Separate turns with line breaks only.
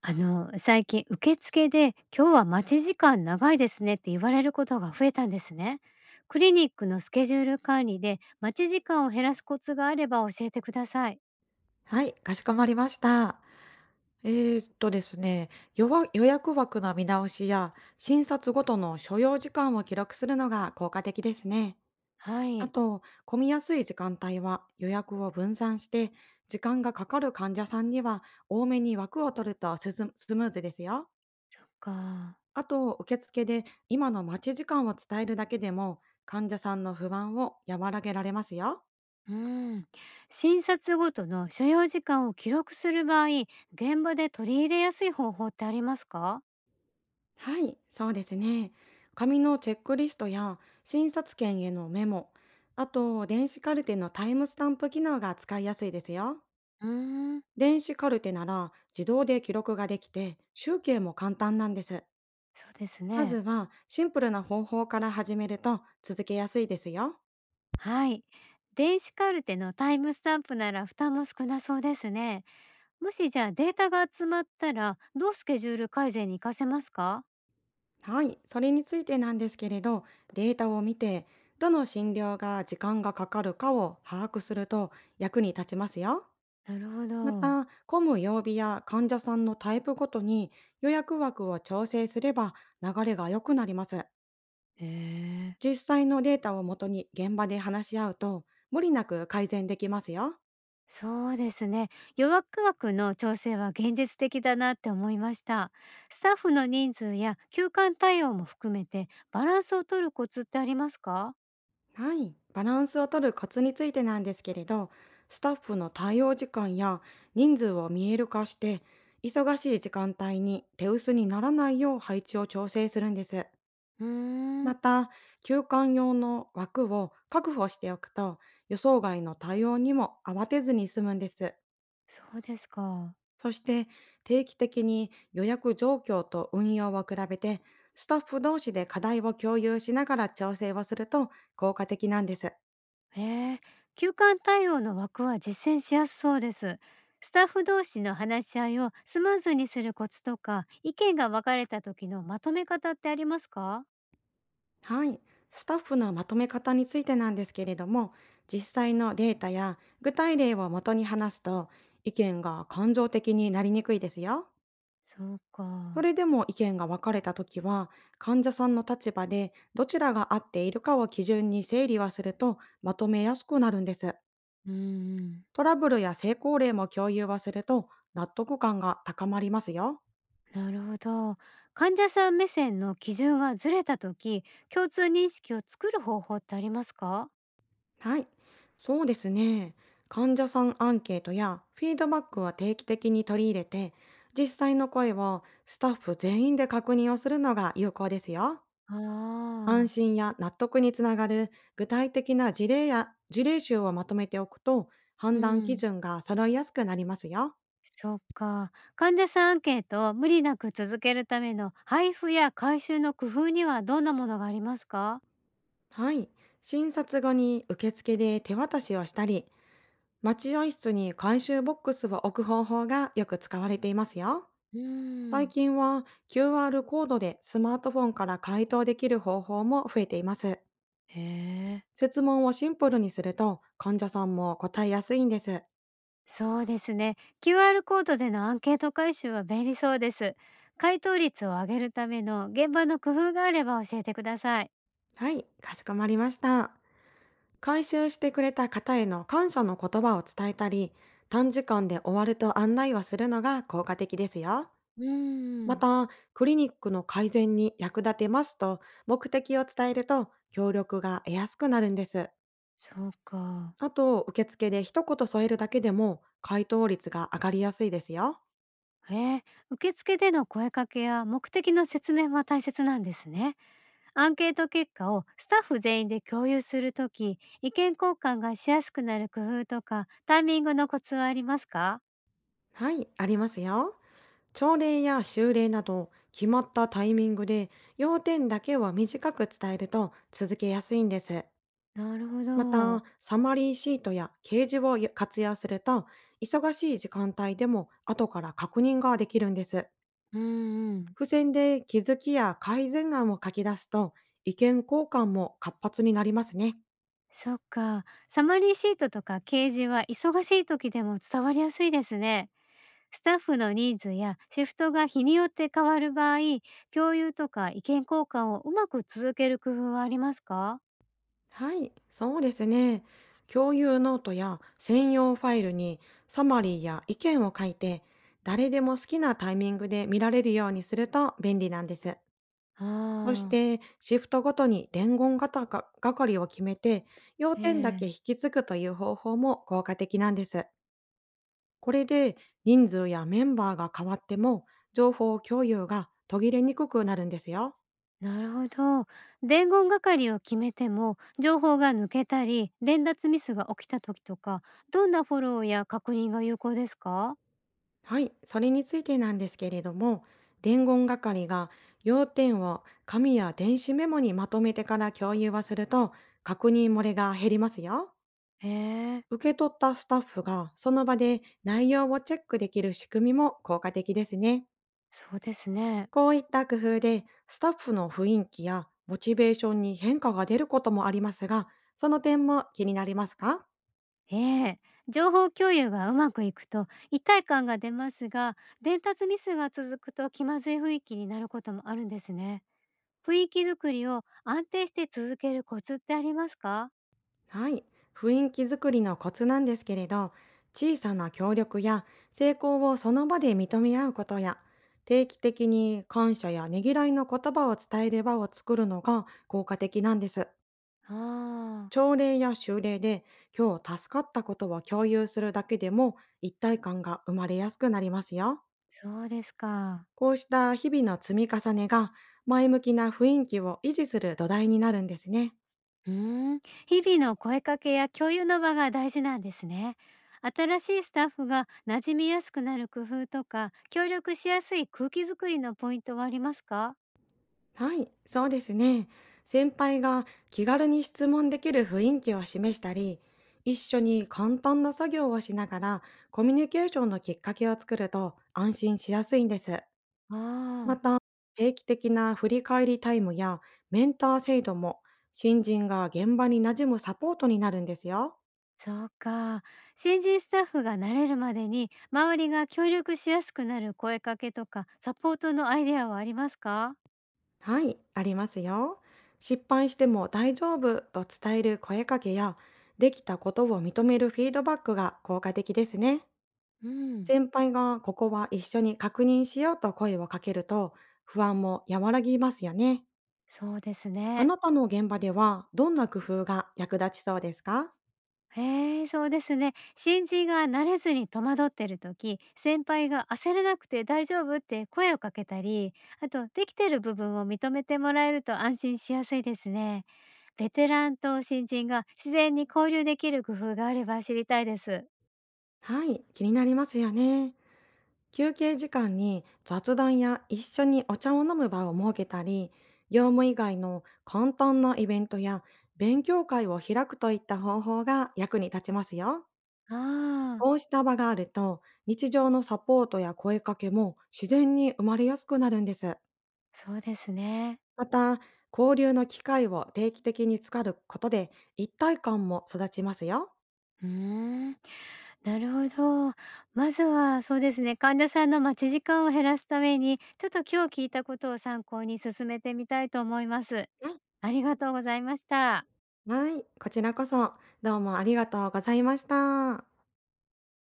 最近受付で「今日は待ち時間長いですね」って言われることが増えたんですね。クリニックのスケジュール管理で待ち時間を減らすコツがあれば教えてください。
はい、かしこまりました。えですね、予約枠の見直しや診察ごとの所要時間を記録するのが効果的ですね。
は
あ
い、
と、混みやすい時間帯は予約を分散して、時間がかかる患者さんには多めに枠を取るとスムーズですよ。
そっか。
あと、受付で今の待ち時間を伝えるだけでも患者さんの不安を和らげられますよ。
うん。診察ごとの所要時間を記録する場合、現場で取り入れやすい方法ってありますか？
はい、そうですね。紙のチェックリストや診察券へのメモ、あと電子カルテのタイムスタンプ機能が使いやすいですよ。
うーん、
電子カルテなら自動で記録ができて集計も簡単なんです。
そうです
まず
ね。
はシンプルな方法から始めると続けやすいですよ。
はい。電子カルテのタイムスタンプなら負担も少なそうですね。もしじゃあデータが集まったら、どうスケジュール改善に活かせますか？
はい、それについてなんですけれど、データを見て、どの診療が時間がかかるかを把握すると役に立ちますよ。
なるほ
ま
ど。
た、混む曜日や患者さんのタイプごとに予約枠を調整すれば、流れが良くなります。
へえ。
実際のデータをもとに現場で話し合うと、無理なく改善できますよ。
そうですね。予約枠の調整は現実的だなって思いました。スタッフの人数や休館対応も含めてバランスを取るコツってありますか？
はい。バランスを取るコツについてなんですけれど、スタッフの対応時間や人数を見える化して、忙しい時間帯に手薄にならないよう配置を調整するんです。
うーん、
また、休館用の枠を確保しておくと、予想外の対応にも慌てずに済むんです。
そうですか。
そして、定期的に予約状況と運用を比べて、スタッフ同士で課題を共有しながら調整をすると効果的なんです。
へえ、休館対応の枠は実践しやすそうです。スタッフ同士の話し合いをスムーズにするコツとか、意見が分かれた時のまとめ方ってありますか？
はい。スタッフのまとめ方についてなんですけれども、実際のデータや具体例を元に話すと、意見が感情的になりにくいですよ。
そう
そ
か。
れでも意見が分かれたときは、患者さんの立場でどちらが合っているかを基準に整理はすると、まとめやすくなるんです。
うんん。
トラブルや成功例も共有はすると、納得感が高まりますよ。
なるほど。患者さん目線の基準がずれた時、共通認識を作る方法ってありますか？
はい。そうですね。患者さんアンケートやフィードバックは定期的に取り入れて、実際の声をスタッフ全員で確認をするのが有効ですよ。
あ
安
あー、
心や納得につながる具体的な事例や事例集をまとめておくと、
う
判断基
ん。
準が揃いやすくなりますよ。
そっか。患者さんアンケートを無理なく続けるための配布や回収の工夫にはどんなものがありますか？
はい。診察後に受付で手渡しをしたり、待合室に回収ボックスを置く方法がよく使われていますよ。
うー
最
ん。
近は QR コードでスマートフォンから回答できる方法も増えています。
へえ。
設問をシンプルにすると、患者さんも答えやすいんです。
そうですね。QR コードでのアンケート回収は便利そうです。回答率を上げるための現場の工夫があれば教えてください。
はい、かしこまりました。回収してくれた方への感謝の言葉を伝えたり、短時間で終わると案内はするのが効果的ですよ。
うー
ま
ん、
た、クリニックの改善に役立てますと目的を伝えると、協力が得やすくなるんです。
そうか。
あと、受付で一言添えるだけでも回答率が上がりやすいですよ。
えー、受付での声かけや目的の説明も大切なんですね。アンケート結果をスタッフ全員で共有するとき、意見交換がしやすくなる工夫とか、タイミングのコツはありますか？
はい、ありますよ。朝礼や修礼など決まったタイミングで要点だけを短く伝えると、続けやすいんです。
なるほ
また、
ど。
サマリーシートや掲示を活用すると、忙しい時間帯でも後から確認ができるんです。
うんうん。
付箋で気づきや改善案を書き出すと、意見交換も活発になりますね。
そっか。サマリーシートとか掲示は忙しい時でも伝わりやすいですね。スタッフのニーズやシフトが日によって変わる場合、共有とか意見交換をうまく続ける工夫はありますか？
はい、そうですね。共有ノートや専用ファイルにサマリーや意見を書いて、誰でも好きなタイミングで見られるようにすると便利なんです。そし
ああ、
て、シフトごとに伝言型がか係を決めて、要点だけ
ええ、
引き継ぐという方法も効果的なんです。これで、人数やメンバーが変わっても、情報共有が途切れにくくなるんですよ。
なるほど。伝言係を決めても、情報が抜けたり、伝達ミスが起きた時とか、どんなフォローや確認が有効ですか？
はい、それについてなんですけれども、伝言係が要点を紙や電子メモにまとめてから共有はすると、確認漏れが減りますよ。
へえ、
受け取ったスタッフがその場で内容をチェックできる仕組みも効果的ですね。
そうですね。
こういった工夫で、スタッフの雰囲気やモチベーションに変化が出ることもありますが、その点も気になりますか？
ええ、情報共有がうまくいくと一体感が出ますが、伝達ミスが続くと気まずい雰囲気になることもあるんですね。雰囲気作りを安定して続けるコツってありますか？
はい。雰囲気づくりのコツなんですけれど、小さな協力や成功をその場で認め合うことや、定期的に感謝やねぎらいの言葉を伝える場を作るのが効果的なんです。
ああ、
朝礼や修礼で今日助かったことを共有するだけでも、一体感が生まれやすくなりますよ。
そうですか。
こうした日々の積み重ねが、前向きな雰囲気を維持する土台になるんですね。
うーん、日々の声かけや共有の場が大事なんですね。新しいスタッフが馴染みやすくなる工夫とか、協力しやすい空気作りのポイントはありますか？
はい、そうですね。先輩が気軽に質問できる雰囲気を示したり、一緒に簡単な作業をしながらコミュニケーションのきっかけを作ると、安心しやすいんです。ま
ああー。
た、定期的な振り返りタイムやメンター制度も、新人が現場に馴染むサポートになるんですよ。
そうか。新人スタッフが慣れるまでに、周りが協力しやすくなる声かけとか、サポートのアイデアはありますか？
はい、ありますよ。失敗しても大丈夫と伝える声かけや、できたことを認めるフィードバックが効果的ですね。
うん。
先輩がここは一緒に確認しようと声をかけると、不安も和らぎますよね。
そうです
あ
ね。
なたの現場ではどんな工夫が役立ちそうですか？
へえ、そうですね。新人が慣れずに戸惑ってる時、先輩が焦らなくて大丈夫って声をかけたり、あと、できてる部分を認めてもらえると安心しやすいですね。ベテランと新人が自然に交流できる工夫があれば知りたいです。
はい、気になりますよね。休憩時間に雑談や一緒にお茶を飲む場を設けたり、業務以外の簡単なイベントや勉強会を開くといった方法が役に立ちますよ。
ああ、
こうした場があると、日常のサポートや声かけも自然に生まれやすくなるんです。
そうですね。
また、交流の機会を定期的に使うことで一体感も育ちますよ。
うーん、なるほど。まずはそうですね、患者さんの待ち時間を減らすために、ちょっと今日聞いたことを参考に進めてみたいと思います。
はい、
ありがとうございました。
はい、こちらこそどうもありがとうございました。